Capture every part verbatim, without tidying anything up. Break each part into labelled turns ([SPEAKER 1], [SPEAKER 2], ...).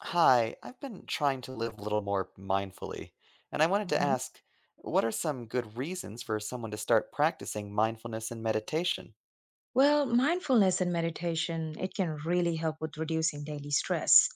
[SPEAKER 1] Hi, I've been trying to live a little more mindfully, and I wanted to
[SPEAKER 2] Mhm.
[SPEAKER 1] ask, what are some good reasons for someone to start practicing mindfulness and meditation?
[SPEAKER 2] Well, mindfulness and meditation, it can really help with reducing daily stress,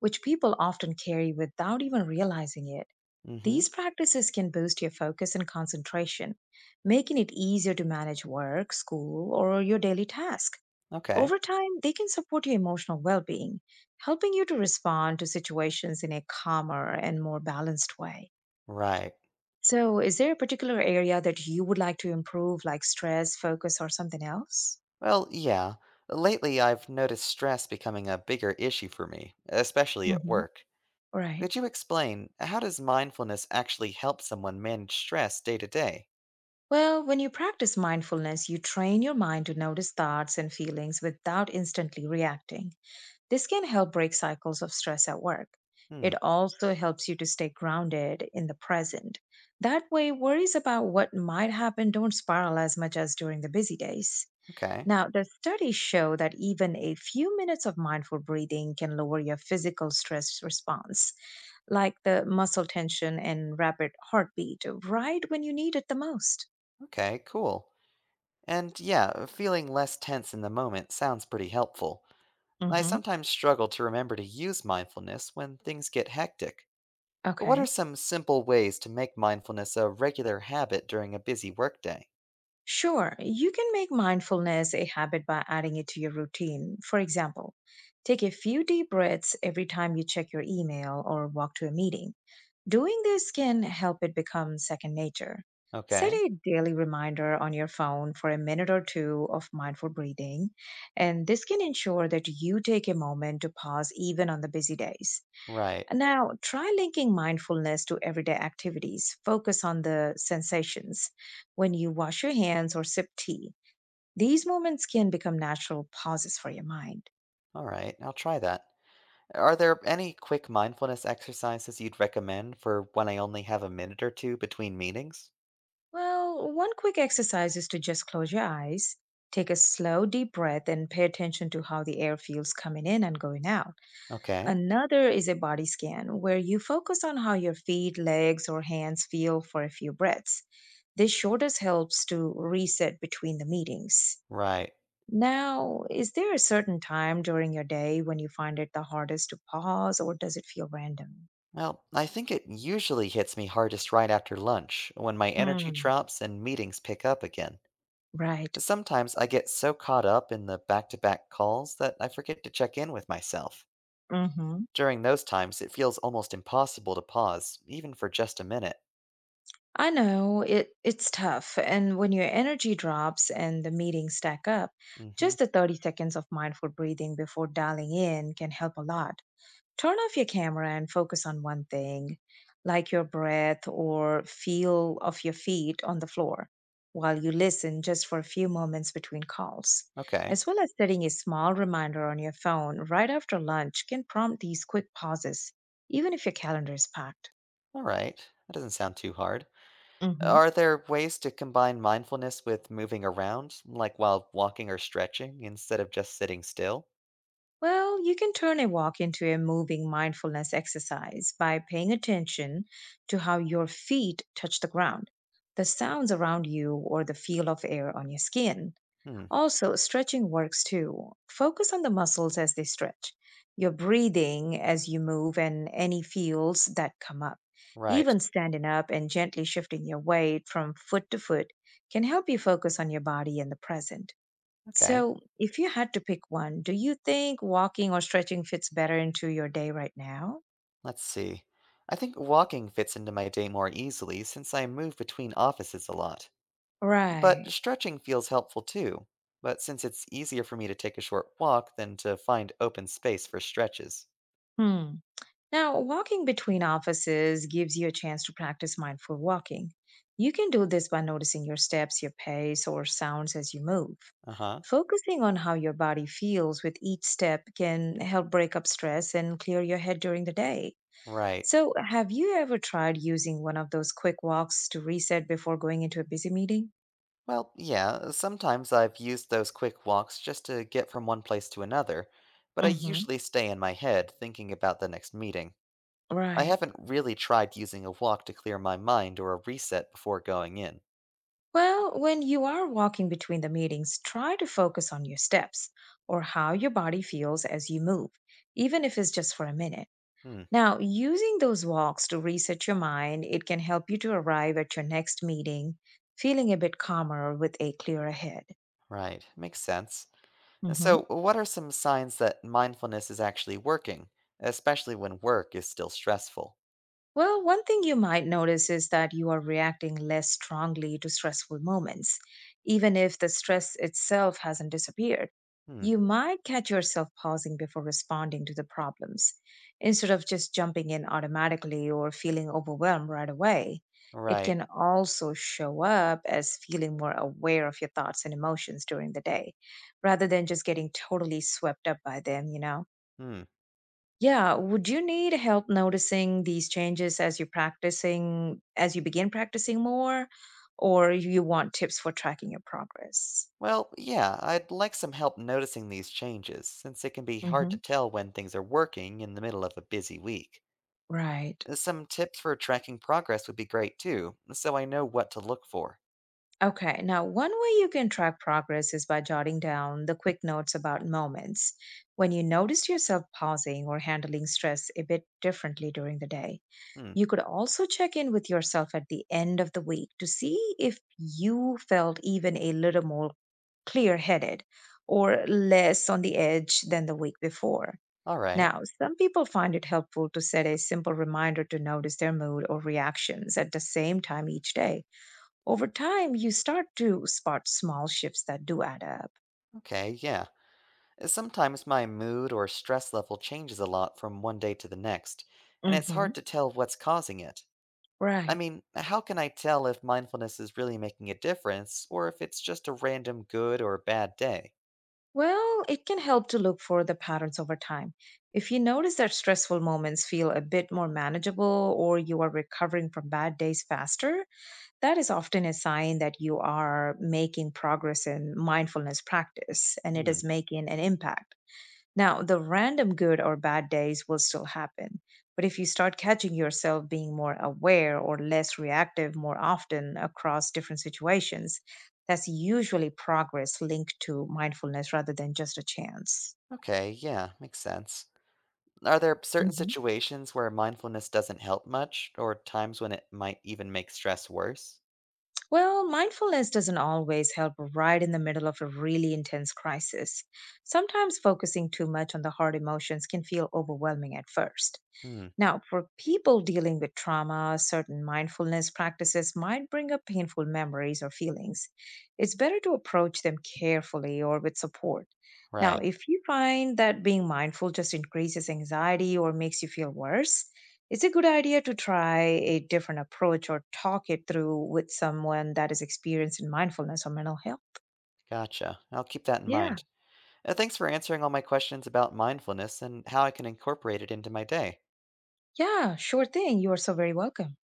[SPEAKER 2] which people often carry without even realizing it.
[SPEAKER 1] Mm-hmm.
[SPEAKER 2] These practices can boost your focus and concentration, making it easier to manage work, school, or your daily task.
[SPEAKER 1] Okay.
[SPEAKER 2] Over time, they can support your emotional well being, helping you to respond to situations in a calmer and more balanced way.
[SPEAKER 1] Right.
[SPEAKER 2] So, is there a particular area that you would like to improve, like stress, focus, or something else?
[SPEAKER 1] Well, yeah. Lately, I've noticed stress becoming a bigger issue for me, especially at work.
[SPEAKER 2] Right.
[SPEAKER 1] Could you explain how does mindfulness actually help someone manage stress day to day?
[SPEAKER 2] Well, when you practice mindfulness, you train your mind to notice thoughts and feelings without instantly reacting. This can help break cycles of stress at work.
[SPEAKER 1] Hmm.
[SPEAKER 2] It also helps you to stay grounded in the present. That way, worries about what might happen don't spiral as much as during the busy days.
[SPEAKER 1] Okay.
[SPEAKER 2] Now, the studies show that even a few minutes of mindful breathing can lower your physical stress response, like the muscle tension and rapid heartbeat, right when you need it the most.
[SPEAKER 1] Okay, cool. And yeah, feeling less tense in the moment sounds pretty helpful. I
[SPEAKER 2] hmm
[SPEAKER 1] sometimes struggle to remember to use mindfulness when things get hectic. What are
[SPEAKER 2] Okay.
[SPEAKER 1] some simple ways to make mindfulness a regular habit during a busy workday?
[SPEAKER 2] Sure. You can make mindfulness a habit by adding it to your routine. For example, take a few deep breaths every time you check your email or walk to a meeting. Doing this can help it become second nature. Set
[SPEAKER 1] Okay,
[SPEAKER 2] a daily reminder on your phone for a minute or two of mindful breathing, and this can ensure that you take a moment to pause even on the busy days.
[SPEAKER 1] right.
[SPEAKER 2] Now, try linking mindfulness to everyday activities. Focus on the sensations when you wash your hands or sip tea. These moments can become natural pauses for your mind.
[SPEAKER 1] All right, I'll try that. Are there any quick mindfulness exercises you'd recommend for when I only have a minute or two between meetings?
[SPEAKER 2] Well, one quick exercise is to just close your eyes, take a slow, deep breath, and pay attention to how the air feels coming in and going out.
[SPEAKER 1] Okay,
[SPEAKER 2] Another is a body scan where you focus on how your feet, legs, or hands feel for a few breaths. This shortest helps to reset between the meetings.
[SPEAKER 1] right.
[SPEAKER 2] Now, is there a certain time during your day when you find it the hardest to pause, or does it feel random?
[SPEAKER 1] Well, I think it usually hits me hardest right after lunch, when my energy
[SPEAKER 2] Hmm.
[SPEAKER 1] drops and meetings pick up again.
[SPEAKER 2] Right.
[SPEAKER 1] Sometimes I get so caught up in the back to back calls that I forget to check in with myself.
[SPEAKER 2] hmm
[SPEAKER 1] During those times, it feels almost impossible to pause, even for just a minute.
[SPEAKER 2] I know it it's tough. And when your energy drops and the meetings stack up,
[SPEAKER 1] Mm hmm.
[SPEAKER 2] just the thirty seconds of mindful breathing before dialing in can help a lot. Turn off your camera and focus on one thing, like your breath or feel of your feet on the floor, while you listen just for a few moments between calls.
[SPEAKER 1] Okay.
[SPEAKER 2] As well as setting a small reminder on your phone right after lunch can prompt these quick pauses, even if your calendar is packed.
[SPEAKER 1] All right. That doesn't sound too hard.
[SPEAKER 2] hmm
[SPEAKER 1] Are there ways to combine mindfulness with moving around, like while walking or stretching, instead of just sitting still?
[SPEAKER 2] Well, you can turn a walk into a moving mindfulness exercise by paying attention to how your feet touch the ground, the sounds around you, or the feel of air on your skin.
[SPEAKER 1] Hmm.
[SPEAKER 2] Also, stretching works too. Focus on the muscles as they stretch, your breathing as you move, and any feels that come up.
[SPEAKER 1] Right.
[SPEAKER 2] Even standing up and gently shifting your weight from foot to foot can help you focus on your body and the present.
[SPEAKER 1] Okay.
[SPEAKER 2] So, if you had to pick one, do you think walking or stretching fits better into your day right now?
[SPEAKER 1] Let's see. I think walking fits into my day more easily since I move between offices a lot. But
[SPEAKER 2] Right.
[SPEAKER 1] stretching feels helpful too, but since it's easier for me to take a short walk than to find open space for stretches.
[SPEAKER 2] Hmm. Now, walking between offices gives you a chance to practice mindful walking. You can do this by noticing your steps, your pace, or sounds as you move.
[SPEAKER 1] Uh huh.
[SPEAKER 2] Focusing on how your body feels with each step can help break up stress and clear your head during the day.
[SPEAKER 1] Right.
[SPEAKER 2] So, have you ever tried using one of those quick walks to reset before going into a busy meeting?
[SPEAKER 1] Well, yeah, sometimes I've used those quick walks just to get from one place to another, but I
[SPEAKER 2] hmm
[SPEAKER 1] usually stay in my head thinking about the next meeting. I
[SPEAKER 2] Right.
[SPEAKER 1] haven't really tried using a walk to clear my mind or a reset before going in.
[SPEAKER 2] Well, when you are walking between the meetings, try to focus on your steps or how your body feels as you move, even if it's just for a minute.
[SPEAKER 1] Hmm,
[SPEAKER 2] Now, using those walks to reset your mind, it can help you to arrive at your next meeting feeling a bit calmer with a clearer head.
[SPEAKER 1] right, makes sense.
[SPEAKER 2] Mhm.
[SPEAKER 1] So, what are some signs that mindfulness is actually working, especially when work is still stressful?
[SPEAKER 2] Well, one thing you might notice is that you are reacting less strongly to stressful moments, even if the stress itself hasn't disappeared.
[SPEAKER 1] Hmm.
[SPEAKER 2] You might catch yourself pausing before responding to the problems instead of just jumping in automatically or feeling overwhelmed right away. It
[SPEAKER 1] Right.
[SPEAKER 2] can also show up as feeling more aware of your thoughts and emotions during the day rather than just getting totally swept up by them, you know?
[SPEAKER 1] Hmm.
[SPEAKER 2] Yeah. Would you need help noticing these changes as you're practicing, as you begin practicing more, or you want tips for tracking your progress?
[SPEAKER 1] Well, yeah, I'd like some help noticing these changes, since it can be hard
[SPEAKER 2] hmm
[SPEAKER 1] to tell when things are working in the middle of a busy week.
[SPEAKER 2] Right.
[SPEAKER 1] Uh, Some tips for tracking progress would be great too, so I know what to look for.
[SPEAKER 2] Okay. Now, one way you can track progress is by jotting down the quick notes about moments when you noticed yourself pausing or handling stress a bit differently during the day.
[SPEAKER 1] Hmm.
[SPEAKER 2] You could also check in with yourself at the end of the week to see if you felt even a little more clear headed or less on the edge than the week before.
[SPEAKER 1] All right.
[SPEAKER 2] Now, some people find it helpful to set a simple reminder to notice their mood or reactions at the same time each day. Over time, you start to spot small shifts that do add up.
[SPEAKER 1] Okay, yeah. Uh, Sometimes my mood or stress level changes a lot from one day to the next, and it's
[SPEAKER 2] hmm
[SPEAKER 1] hard to tell what's causing it. I
[SPEAKER 2] Right.
[SPEAKER 1] mean, how can I tell if mindfulness is really making a difference, or if it's just a random good or bad day?
[SPEAKER 2] Well, it can help to look for the patterns over time. If you notice that stressful moments feel a bit more manageable or you are recovering from bad days faster, that is often a sign that you are making progress in mindfulness practice and it
[SPEAKER 1] Hmm.
[SPEAKER 2] is making an impact. Now, the random good or bad days will still happen, but if you start catching yourself being more aware or less reactive more often across different situations, that's usually progress linked to mindfulness rather than just a chance.
[SPEAKER 1] Okay, yeah, makes sense. Are there certain
[SPEAKER 2] hmm
[SPEAKER 1] situations where mindfulness doesn't help much, or times when it might even make stress worse?
[SPEAKER 2] Well, mindfulness doesn't always help right in the middle of a really intense crisis. Sometimes focusing too much on the hard emotions can feel overwhelming at first.
[SPEAKER 1] Hmm,
[SPEAKER 2] Now, for people dealing with trauma, certain mindfulness practices might bring up painful memories or feelings. It's better to approach them carefully or with support. Now,
[SPEAKER 1] right.
[SPEAKER 2] if you find that being mindful just increases anxiety or makes you feel worse, it's a good idea to try a different approach or talk it through with someone that is experienced in mindfulness or mental health.
[SPEAKER 1] Gotcha. I'll keep that in
[SPEAKER 2] Yeah,
[SPEAKER 1] mind. Uh, thanks for answering all my questions about mindfulness and how I can incorporate it into my day.
[SPEAKER 2] yeah, sure thing. You are so very welcome.